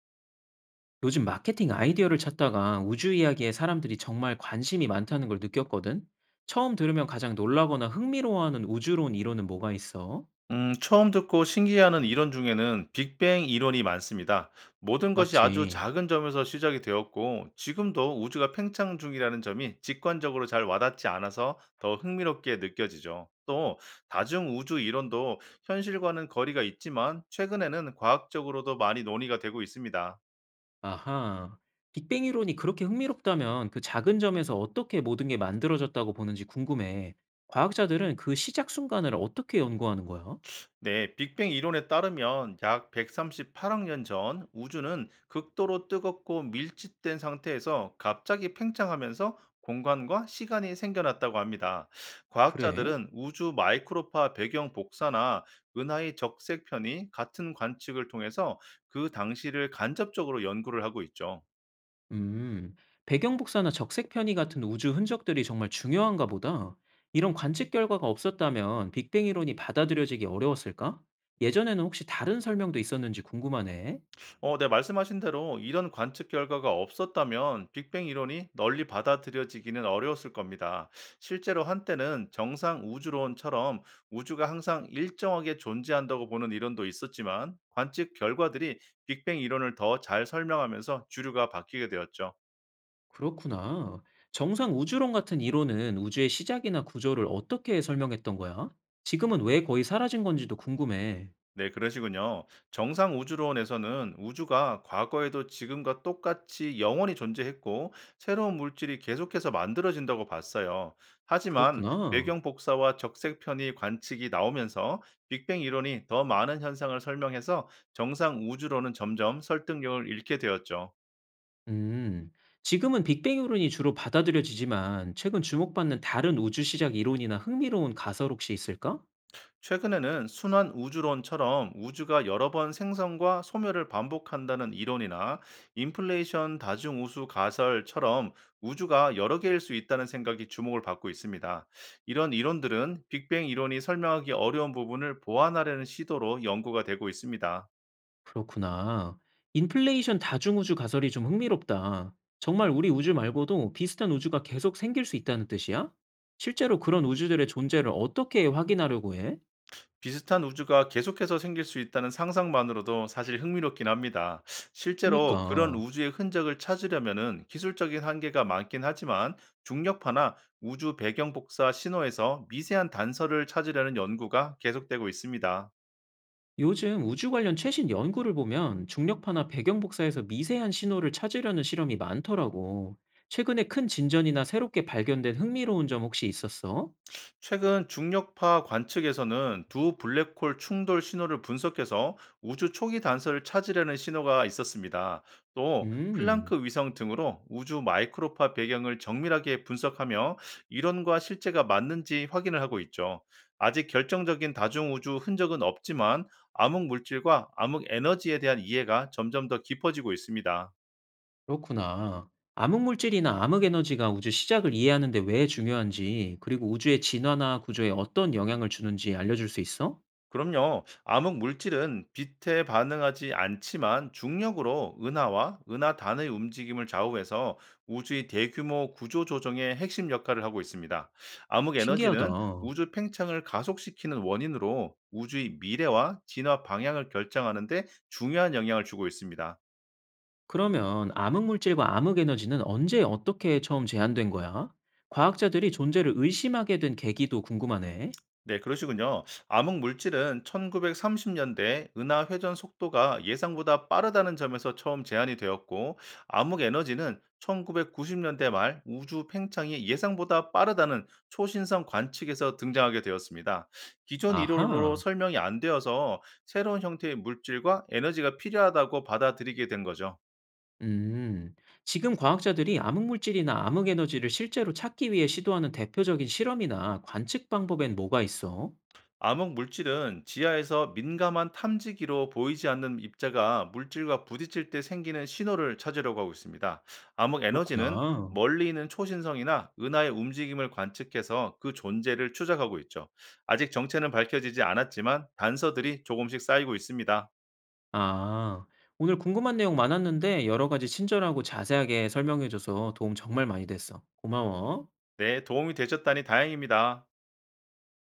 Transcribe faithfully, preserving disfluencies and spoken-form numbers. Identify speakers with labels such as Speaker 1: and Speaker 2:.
Speaker 1: 요즘 마케팅 아이디어를 찾다가 우주 이야기에 사람들이 정말 관심이 많다는 걸 느꼈거든? 처음 들으면 가장 놀라거나 흥미로워하는 우주론 이론은 뭐가 있어?
Speaker 2: 음, 처음 듣고 신기해하는 이론 중에는 빅뱅 이론이 많습니다. 모든 것이 아주
Speaker 1: 맞지.
Speaker 2: 작은 점에서 시작이 되었고, 지금도 우주가 팽창 중이라는 점이 직관적으로 잘 와닿지 않아서 더 흥미롭게 느껴지죠. 또, 다중 우주 이론도 현실과는 거리가 있지만, 최근에는 과학적으로도 많이 논의가 되고 있습니다.
Speaker 1: 아하. 빅뱅 이론이 그렇게 흥미롭다면 그 작은 점에서 어떻게 모든 게 만들어졌다고 보는지 궁금해. 과학자들은 그 시작 순간을 어떻게 연구하는 거야?
Speaker 2: 네, 빅뱅 이론에 따르면 약 백삼십팔억 년 전 우주는 극도로 뜨겁고 밀집된 상태에서 갑자기 팽창하면서 공간과 시간이 생겨났다고 합니다.
Speaker 1: 그래?
Speaker 2: 과학자들은 우주 마이크로파 배경 복사나 은하의 적색 편이 같은 관측을 통해서 그 당시를 간접적으로 연구를 하고 있죠.
Speaker 1: 음, 배경 복사나 적색 편의 같은 우주 흔적들이 정말 중요한가 보다. 이런 관측 결과가 없었다면 빅뱅 이론이 받아들여지기 어려웠을까? 예전에는 혹시 다른 설명도 있었는지 궁금하네.
Speaker 2: 어, 네, 말씀하신 대로 이런 관측 결과가 없었다면 빅뱅 이론이 널리 받아들여지기는 어려웠을 겁니다. 실제로 한때는 정상 우주론처럼 우주가 항상 일정하게 존재한다고 보는 이론도 있었지만, 관측 결과들이 빅뱅 이론을 더 잘 설명하면서 주류가 바뀌게 되었죠.
Speaker 1: 그렇구나. 정상 우주론 같은 이론은 우주의 시작이나 구조를 어떻게 설명했던 거야? 지금은 왜 거의 사라진 건지도 궁금해.
Speaker 2: 네, 그러시군요. 정상 우주론에서는 우주가 과거에도 지금과 똑같이 영원히 존재했고, 새로운 물질이 계속해서 만들어진다고 봤어요. 하지만
Speaker 1: 그렇구나.
Speaker 2: 배경 복사와 적색 편이 관측이 나오면서 빅뱅 이론이 더 많은 현상을 설명해서 정상 우주론은 점점 설득력을 잃게 되었죠.
Speaker 1: 음, 지금은 빅뱅 이론이 주로 받아들여지지만 최근 주목받는 다른 우주 시작 이론이나 흥미로운 가설 혹시 있을까?
Speaker 2: 최근에는 순환 우주론처럼 우주가 여러 번 생성과 소멸을 반복한다는 이론이나, 인플레이션 다중 우수 가설처럼 우주가 여러 개일 수 있다는 생각이 주목을 받고 있습니다. 이런 이론들은 빅뱅 이론이 설명하기 어려운 부분을 보완하려는 시도로 연구가 되고 있습니다.
Speaker 1: 그렇구나. 인플레이션 다중우주 가설이 좀 흥미롭다. 정말 우리 우주 말고도 비슷한 우주가 계속 생길 수 있다는 뜻이야? 실제로 그런 우주들의 존재를 어떻게 확인하려고 해?
Speaker 2: 비슷한 우주가 계속해서 생길 수 있다는 상상만으로도 사실 흥미롭긴 합니다. 실제로 그런
Speaker 1: 그니까
Speaker 2: 우주의 흔적을 찾으려면은 기술적인 한계가 많긴 하지만, 중력파나 우주 배경 복사 신호에서 미세한 단서를 찾으려는 연구가 계속되고 있습니다.
Speaker 1: 요즘 우주 관련 최신 연구를 보면 중력파나 배경 복사에서 미세한 신호를 찾으려는 실험이 많더라고. 최근에 큰 진전이나 새롭게 발견된 흥미로운 점 혹시 있었어?
Speaker 2: 최근 중력파 관측에서는 두 블랙홀 충돌 신호를 분석해서 우주 초기 단서를 찾으려는 신호가 있었습니다. 또
Speaker 1: 음.
Speaker 2: 플랑크 위성 등으로 우주 마이크로파 배경을 정밀하게 분석하며 이론과 실제가 맞는지 확인을 하고 있죠. 아직 결정적인 다중 우주 흔적은 없지만, 암흑 물질과 암흑 에너지에 대한 이해가 점점 더 깊어지고 있습니다.
Speaker 1: 그렇구나. 암흑 물질이나 암흑 에너지가 우주 시작을 이해하는 데 왜 중요한지, 그리고 우주의 진화나 구조에 어떤 영향을 주는지 알려줄 수 있어?
Speaker 2: 그럼요. 암흑 물질은 빛에 반응하지 않지만 중력으로 은하와 은하단의 움직임을 좌우해서 우주의 대규모 구조 조정의 핵심 역할을 하고 있습니다. 암흑
Speaker 1: 신기하다.
Speaker 2: 에너지는 우주 팽창을 가속시키는 원인으로, 우주의 미래와 진화 방향을 결정하는데 중요한 영향을 주고 있습니다.
Speaker 1: 그러면 암흑 물질과 암흑 에너지는 언제 어떻게 처음 제한된 거야? 과학자들이 존재를 의심하게 된 계기도 궁금하네.
Speaker 2: 네, 그러시군요. 암흑 물질은 천구백삼십 년대 은하 회전 속도가 예상보다 빠르다는 점에서 처음 제안이 되었고, 암흑 에너지는 천구백구십 년대 말 우주 팽창이 예상보다 빠르다는 초신성 관측에서 등장하게 되었습니다. 기존 이론으로
Speaker 1: 아하.
Speaker 2: 설명이 안 되어서 새로운 형태의 물질과 에너지가 필요하다고 받아들이게 된 거죠.
Speaker 1: 음. 지금 과학자들이 암흑 물질이나 암흑 에너지를 실제로 찾기 위해 시도하는 대표적인 실험이나 관측 방법엔 뭐가 있어?
Speaker 2: 암흑 물질은 지하에서 민감한 탐지기로 보이지 않는 입자가 물질과 부딪힐 때 생기는 신호를 찾으려고 하고 있습니다. 암흑 에너지는
Speaker 1: 그렇구나.
Speaker 2: 멀리 있는 초신성이나 은하의 움직임을 관측해서 그 존재를 추적하고 있죠. 아직 정체는 밝혀지지 않았지만 단서들이 조금씩 쌓이고 있습니다.
Speaker 1: 아, 오늘 궁금한 내용 많았는데 여러 가지 친절하고 자세하게 설명해줘서 도움 정말 많이 됐어. 고마워.
Speaker 2: 네, 도움이 되셨다니 다행입니다.